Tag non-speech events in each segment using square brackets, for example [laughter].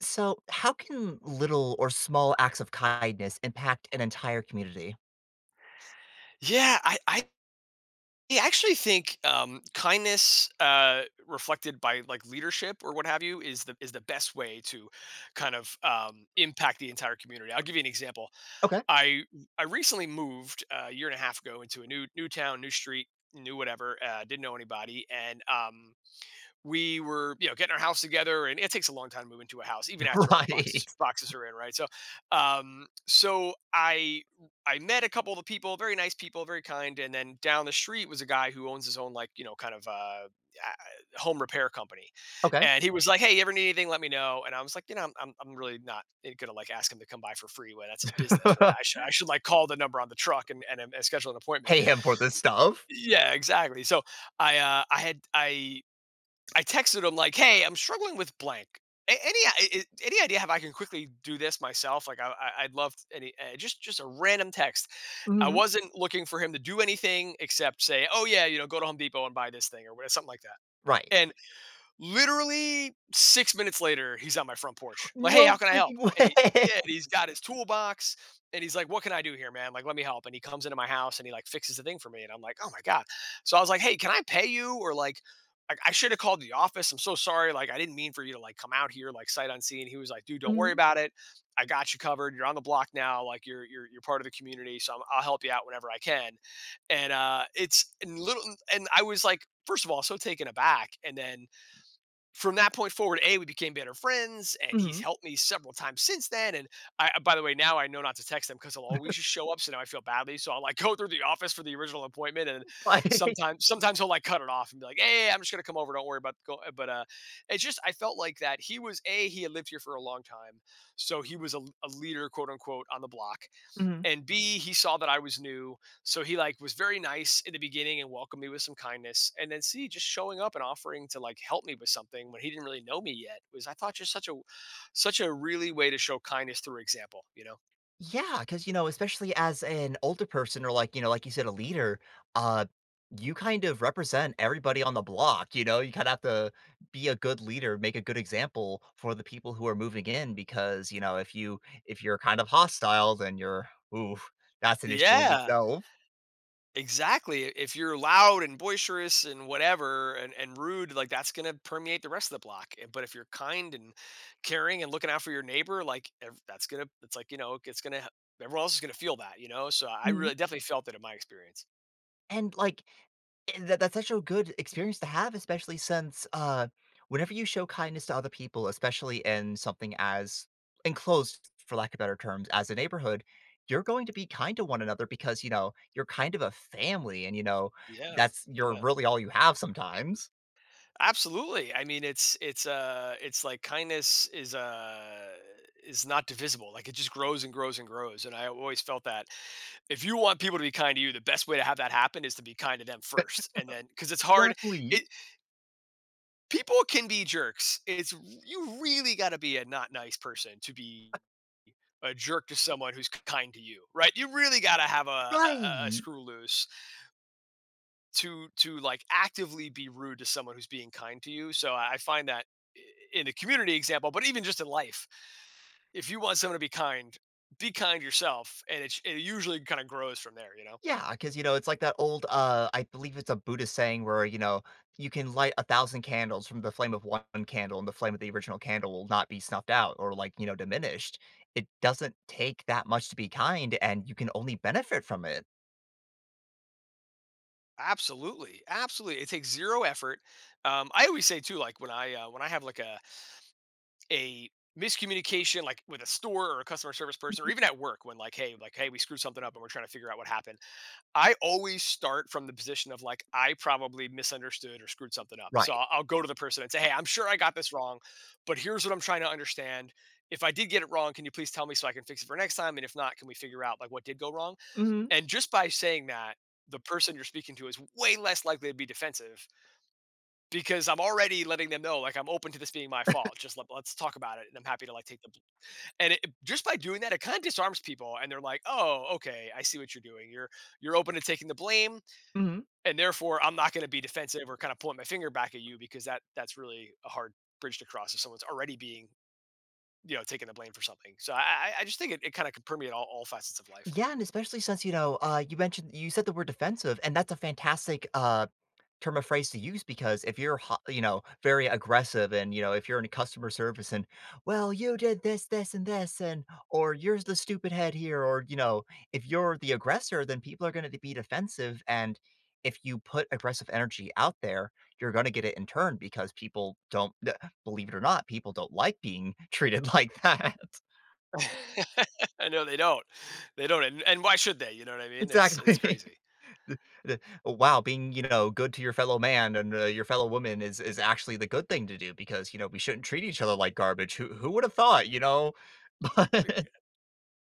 So, how can little or small acts of kindness impact an entire community? Yeah, I actually think, kindness, reflected by, like, leadership or what have you is the best way to kind of, impact the entire community. I'll give you an example. Okay. I I recently moved a year and a half ago into a new town, new street, new whatever, didn't know anybody, and, we were, you know, getting our house together, and it takes a long time to move into a house, even [laughs] after all the Right. boxes are in, right? So, so I met a couple of the people, very nice people, very kind, and then down the street was a guy who owns his own, like, you know, kind of a home repair company, Okay. and he was like, "Hey, you ever need anything? Let me know." And I was like, "You know, I'm really not gonna like ask him to come by for free when that's his business, right? I [laughs] should I should like call the number on the truck and and schedule an appointment." Pay him for this stuff. Yeah, exactly. So I I texted him like, "Hey, I'm struggling with blank. Any idea how I can quickly do this myself? Like, I'd love any just a random text. I Mhm. wasn't looking for him to do anything except say, "Oh yeah, you know, go to Home Depot and buy this thing or whatever, something like that." Right. And Literally 6 minutes later, he's on my front porch. Like, "Hey, No how can I help?" freaking And he, way. yeah, and he's got his toolbox, and he's like, "What can I do here, man? Like, let me help." And he comes into my house, and he, like, fixes the thing for me, and I'm like, "Oh my god." So I was like, "Hey, can I pay you?" Or like, "I should have called the office. I'm so sorry. Like, I didn't mean for you to, like, come out here, like, sight unseen." He was like, "Dude, [laughs] don't worry Mhm. about it. I got you covered. You're on the block now. Like, you're part of the community, so I'll help you out whenever I can." And, it's and little and I was like, first of all, so taken aback, and then from that point forward, A, we became better friends, and he's Mhm. helped me several times since then. And I, by the way, now I know not to text him because he'll always just show up. So now I feel badly. So I'll like [laughs] go through the office for the original appointment, and Right. [laughs] Sometimes he'll like cut it off and be like, "Hey, I'm just gonna come over. Don't worry about." Go-. But It's just I felt like that he was a he had lived here for a long time, so he was a leader, quote unquote, on the block, Mhm. and B, he saw that I was new, so he like was very nice in the beginning and welcomed me with some kindness. And then C, just showing up and offering to like help me with something when he didn't really know me yet was, I thought, just such a really way to show kindness through example, you know? Yeah, because you know, especially as an older person or like, you know, like you said, a leader, uh, you kind of represent everybody on the block, you know, you kind of have to be a good leader, make a good example for the people who are moving in because, you know, if you're kind of hostile, then you're, ooh, that's an issue in Yeah, itself. exactly. If you're loud and boisterous and whatever and, rude, like that's gonna permeate the rest of the block. But if you're kind and caring and looking out for your neighbor, like ev- that's gonna it's like you know it's gonna, everyone else is gonna feel that, you know. So I really definitely felt it in my experience. And, like, that's such a good experience to have, especially since, whenever you show kindness to other people, especially in something as enclosed, for lack of better terms, as a neighborhood, you're going to be kind to one another because, you know, you're kind of a family and, you know, Yeah, that's you're yeah. really all you have sometimes. Absolutely. I mean, it's like kindness is not divisible. Like, it just grows and grows and grows, and I always felt that if you want people to be kind to you, the best way to have that happen is to be kind to them first, and then because it's hard Exactly. it people can be jerks. It's You really gotta be a not nice person to be a jerk to someone who's kind to you, right? You really gotta have a Right. screw loose to like actively be rude to someone who's being kind to you. So I find that i- in a community example, but even just in life, if you want someone to be kind yourself, and it usually kind of grows from there. You know. Yeah, because you know, it's like that old, I believe it's a Buddhist saying where, you know, you can light 1,000 candles from the flame of one candle, and the flame of the original candle will not be snuffed out or, like, you know, diminished. It doesn't take that much to be kind, and you can only benefit from it. Absolutely, absolutely. It takes zero effort. I always say too, like when I have like a miscommunication, like with a store or a customer service person, or Mhm. even at work, when like, hey, we screwed something up and we're trying to figure out what happened. I always start from the position of like, I probably misunderstood or screwed something up. So Right. I'll go to the person and say, Hey, I'm sure I got this wrong, but here's what I'm trying to understand. If I did get it wrong, can you please tell me so I can fix it for next time? And if not, can we figure out like what did go wrong? Mhm, And just by saying that, the person you're speaking to is way less likely to be defensive because I'm already letting them know, like I'm open to this being my fault. Let's talk about it, and I'm happy to like take And it, just by doing that, it kind of disarms people, and they're like, "Oh, okay, I see what you're doing. You're open to taking the blame, mhm. and therefore I'm not going to be defensive or kind of pulling my finger back at you because that's really a hard bridge to cross if someone's already being, you know, taking the blame for something." So I just think it kind of can permeate all facets of life. Yeah, and especially since, you know, you mentioned you said the word defensive, and that's a fantastic, term of phrase to use because if you're ho you know, very aggressive and, you know, if you're in customer service and, "Well, you did this, this, and this," and, or, "You're the stupid head here," or, you know, if you're the aggressor, then people are gonna be defensive, and if you put aggressive energy out there, you're gonna get it in turn because people don't [laughs] believe it or not, people don't like being [laughs] treated like that. [laughs] [laughs] I know they don't, and why should they? You know what I mean? It's Exactly. crazy. The wow, being, you know, good to your fellow man and, your fellow woman is actually the good thing to do because, you know, we shouldn't treat each other like garbage. Who would have thought, you know? [laughs] But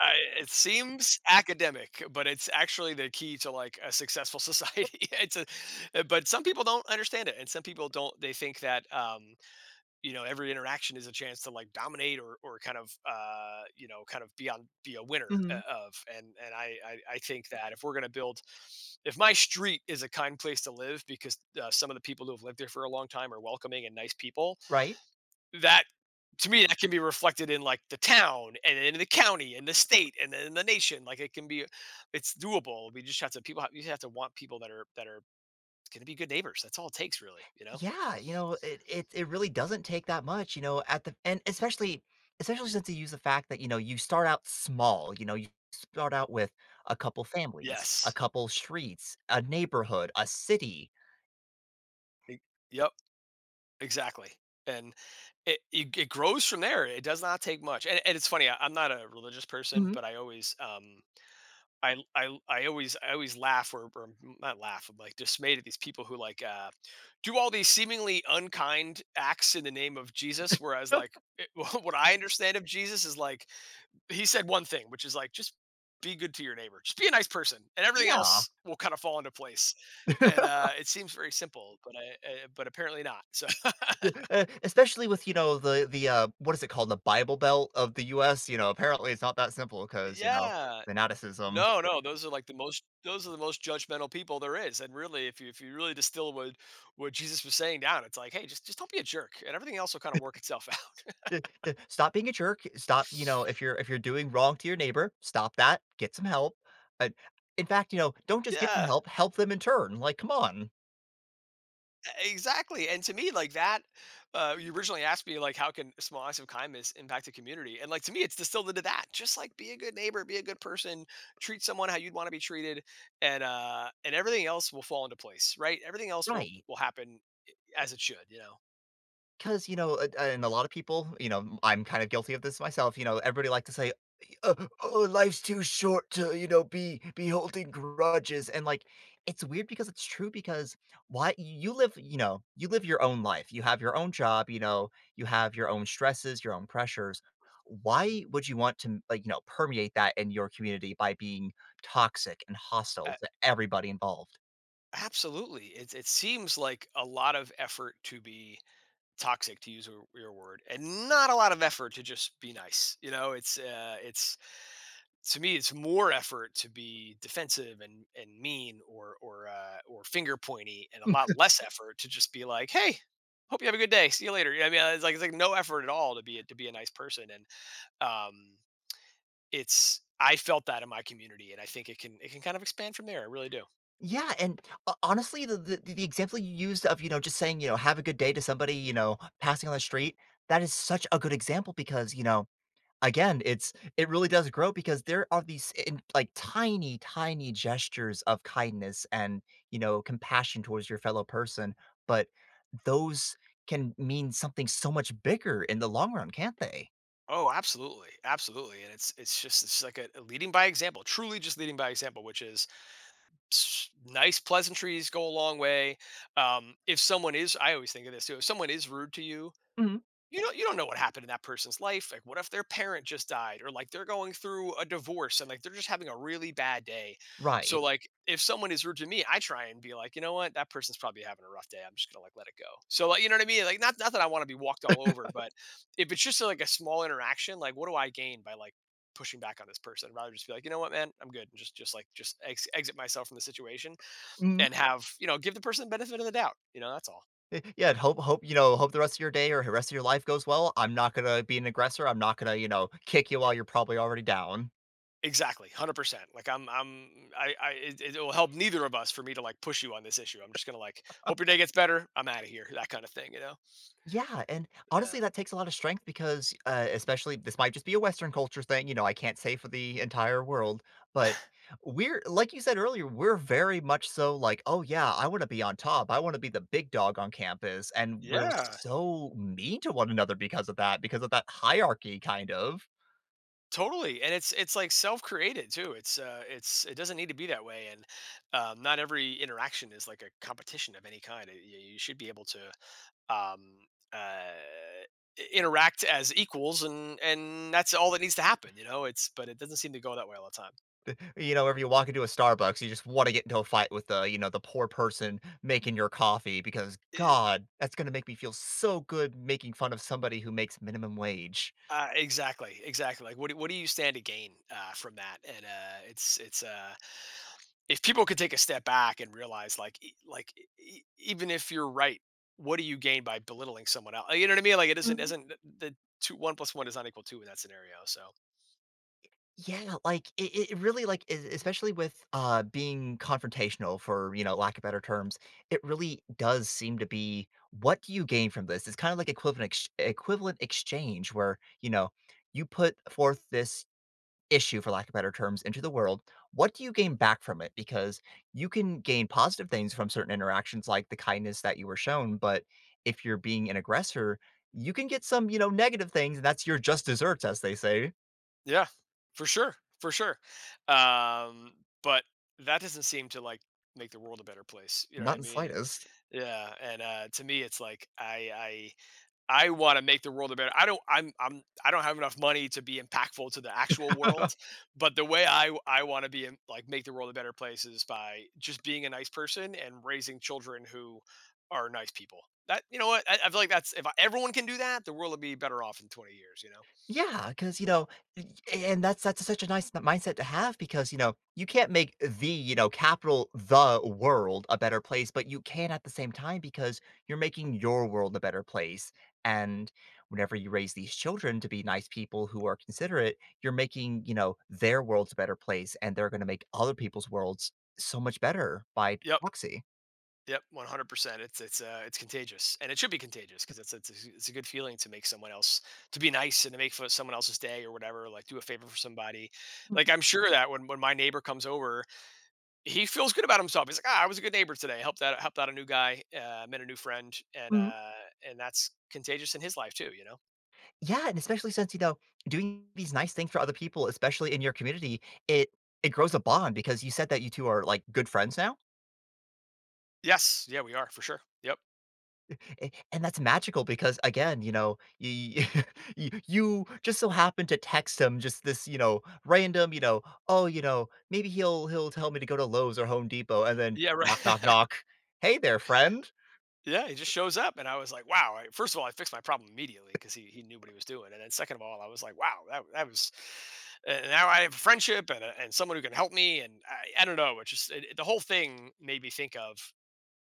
I It seems academic, but it's actually the key to like a successful society. [laughs] But some people don't understand it, and some people don't. They think that you know, every interaction is a chance to like dominate or kind of, you know, kind of be on, be a winner, Mhm. of. And I think that if we're gonna build, if my street is a kind place to live because some of the people who have lived there for a long time are welcoming and nice people, Right? that to me, that can be reflected in like the town and in the county and the state and then in the nation. Like it can be it's doable. We just have to, people have, you have to want people that are going to be good neighbors. That's all it takes really, you know. Yeah, you know, it really doesn't take that much, you know, at the and especially since you use the fact that, you know, you start out small, you know, you start out with a couple families, a Yes. couple streets, a neighborhood, a city. E- Yep. Exactly. And it grows from there. It does not take much. And it's funny. I'm not a religious person, Mhm. but I always I always laugh or not laugh. I'm like dismayed at these people who like do all these seemingly unkind acts in the name of Jesus. Whereas like [laughs] [laughs] what I understand of Jesus is like he said one thing, which is like just be good to your neighbor, just be a nice person, and everything Yeah. else will kind of fall into place. And [laughs] it seems very simple, but but apparently not. So Especially with, you know, what is it called? The Bible Belt of the US, you know, apparently it's not that simple [laughs] because you know, yeah, fanaticism. no, no, those are like the most those are the most judgmental people there is. And really if you really distill what Jesus was saying down, it's like, hey, just don't be a jerk and everything else will kind of work itself [laughs] out. Stop being a jerk, stop, you know, if you're doing wrong to your neighbor, stop that, get some help. Uh, in fact, you know, don't just get some Yeah. help, help them in turn, like, come on. Exactly. And to me, like that, you originally asked me like how can small acts of kindness impact a community? And like to me, it's distilled into that. Just like be a good neighbor, be a good person, treat someone how you'd want to be treated, and everything else will fall into place, right? Everything else Right. will happen as it should, you know. 'Cause, you know, and a lot of people, you know, I'm kind of guilty of this myself, you know, everybody like to say, "Oh, oh, life's too short to, you know, be holding grudges," and, like, it's weird because it's true because why you live, you know, you live your own life, you have your own job, you know, you have your own stresses, your own pressures. Why would you want to, like, you know, permeate that in your community by being toxic and hostile Uh, to everybody involved? Absolutely. It seems like a lot of effort to be toxic, to use your word, and not a lot of effort to just be nice. You know, it's, to me, it's more effort to be defensive and mean or finger pointy, and a lot less effort to just be like, hey. Hope you have a good day. See you later. I mean, it's like no effort at all to to be a nice person, and um, it's I felt that in my community, and I think it can kind of expand from there. I really do. Yeah, and ho honestly, the example you used of, you know, just saying, you know, "Have a good day" to somebody, you know, passing on the street, that is such a good example because, you know, again, it really does grow because there are these in like, tiny, tiny gestures of kindness and, you know, compassion towards your fellow person, but those can mean something so much bigger in the long run, can't they? Oh, absolutely, absolutely, and it's like a leading by example, truly just leading by example, which is nice pleasantries go a long way. If someone is, I always think of this too. If someone is rude to you, Mhm. You don't know what happened in that person's life. Like what if their parent just died, or like they're going through a divorce, and like they're just having a really bad day. So, Right. yeah. Like if someone is rude to me, I try and be like, you know what, that person's probably having a rough day. I'm just gonna like let it go. So like, you know what I mean? Like not that I want to be walked all over, but if it's just like a small interaction, like what do I gain by like pushing back on this person. I'd rather just be like, you know what, man, I'm good, and just like just exit myself from the situation Mm. and have, you know, give the person the benefit of the doubt, you know, that's all. Yeah, hope, you know, hope the rest of your day or the rest of your life goes well. I'm not gonna be an aggressor. I'm not gonna, you know, kick you while you're probably already down. Exactly, 100%. Like I'm I it, it will help neither of us for me to like push you on this issue. I'm just going to like hope your day gets better. I'm out of here. That kind of thing, you know. Yeah, and Yeah. honestly, that takes a lot of strength because, especially this might just be a Western culture thing, you know, I can't say for the entire world, but we're like you said earlier, we're very much so like, "Oh, yeah, I wanna be on top. I wanna be the big dog on campus," and we're Yeah. so mean to one another because of that hierarchy, kind of. Totally. And it's like self-created too. It doesn't need to be that way, and not every interaction is like a competition of any kind. You should be able to um uh interact as equals, and that's all that needs to happen, you know. It's but it doesn't seem to go that way all the time. You know, whenever you walk into a Starbucks, you just wanna get into a fight with the, you know, the poor person making your coffee because, God, that's gonna make me feel so good making fun of somebody who makes minimum wage. Exactly, exactly. Like, what do you stand to gain from that? And it's if people could take a step back and realize, like, even if you're right, what do you gain by belittling someone else? You know what I mean? Like, it Mhm. isn't the two one plus one is not equal to two in that scenario. So, Yeah, like, it really, like, e especially with, being confrontational for, you know, lack of better terms, it really does seem to be, what do you gain from this? It's kinda like equivalent ex equivalent exchange where, you know, you put forth this issue, for lack of better terms, into the world, what do you gain back from it? Because you can gain positive things from certain interactions, like the kindness that you were shown. But if you're being an aggressor, you can get some, you know, negative things. And that's your just desserts, as they say. yeah, for sure, for sure. Um, but that doesn't seem to like make the world a better place. You know what Not I the mean? And slightest. yeah, and to me, it's like I want to make the world a better. I don't. I'm. I'm. I don't have enough money to be impactful to the actual world, [laughs] but the way I want to be in, like make the world a better place is by just being a nice person and raising children who are nice people. That, you know what, I feel like that's, if everyone can do that, the world will be better off in 20 years. You know. Yeah, because you know, y and that's such a nice n mindset to have because, you know, you can't make the, you know, capital "the" world a better place, but you can at the same time because you're making your world a better place, and whenever you raise these children to be nice people who are considerate, you're making, you know, their worlds a better place, and they're gonna make other people's worlds so much better by Yep. proxy. Yep. 100 percent. It's contagious, and it should be contagious because it's a good feeling to make someone else to be nice and to make for someone else's day or whatever. Like do a favor for somebody. Mhm, Like I'm sure that when my neighbor comes over. He feels good about himself. He's like, "Ah, I was a good neighbor today. Helped out a new guy, met a new friend, and mhm. and that's contagious in his life too, you know." Yeah, and especially since, you know, doing these nice things for other people, especially in your community, it it grows a bond because you said that you two are, like, good friends now, Yes, yeah, we are for sure. Yep. a and that's magical because, again, you know, y [laughs] you just so happen to text him just this, you know, random, you know, "Oh, you know, maybe he'll tell me to go to Lowe's or Home Depot," and then Yeah, knock, knock, right. knock, "Hey there, friend." [laughs] Yeah, he just shows up, and I was like, "Wow!" I, first of all, I fixed my problem immediately because he knew what he was doing, and then second of all, I was like, "Wow, that was." And now I have a friendship and and someone who can help me, and I don't know. It just the whole thing made me think of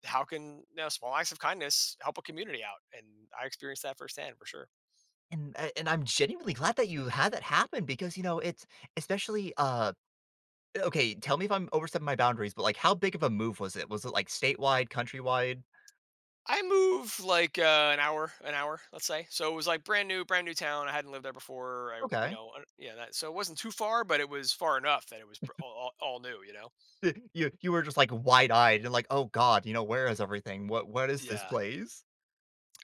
how can, small acts of kindness help a community out, and I experienced that firsthand for sure. And a and I'm genuinely glad that you had that happen because, you know, it's especially, okay, tell me if I'm overstepping my boundaries, but, like, how big of a move was it? Was it, like, statewide, countrywide? I moved like an hour, let's say. So it was like brand new town. I hadn't lived there before. I, you Okay. [laughs] know, yeah. So it wasn't too far, but it was far enough that it was all new. You know. You were just, like, wide-eyed and like, "Oh god, you know, where is everything? What is this Yeah. place?"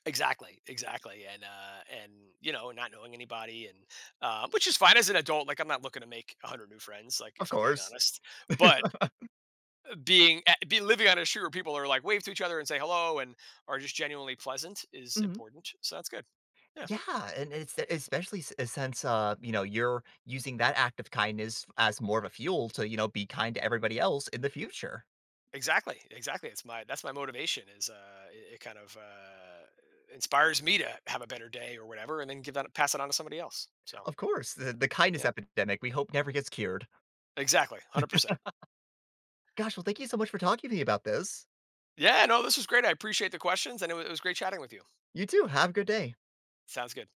Exactly. Exactly. And and you know, not knowing anybody, and which is fine as an adult. Like I'm not looking to make a hundred new friends. Like Of if I'm being course. honest, but being be living on a street where people are like wave to each other and say hello and are just genuinely pleasant is Mhm. important. So that's good. Yeah. Yeah, and it's especially since, you know, you're using that act of kindness as more of a fuel to, you know, be kind to everybody else in the future. Exactly, exactly. It's my that's my motivation is, it kind of inspires me to have a better day or whatever, and then give that pass it on to somebody else. So, Of course, the kindness yeah. epidemic we hope never gets cured. Exactly. 100%. Gosh, well, thank you so much for talking to me about this. Yeah, no, this was great. I appreciate the questions, and it was great chatting with you. You too, have a good day. Sounds good.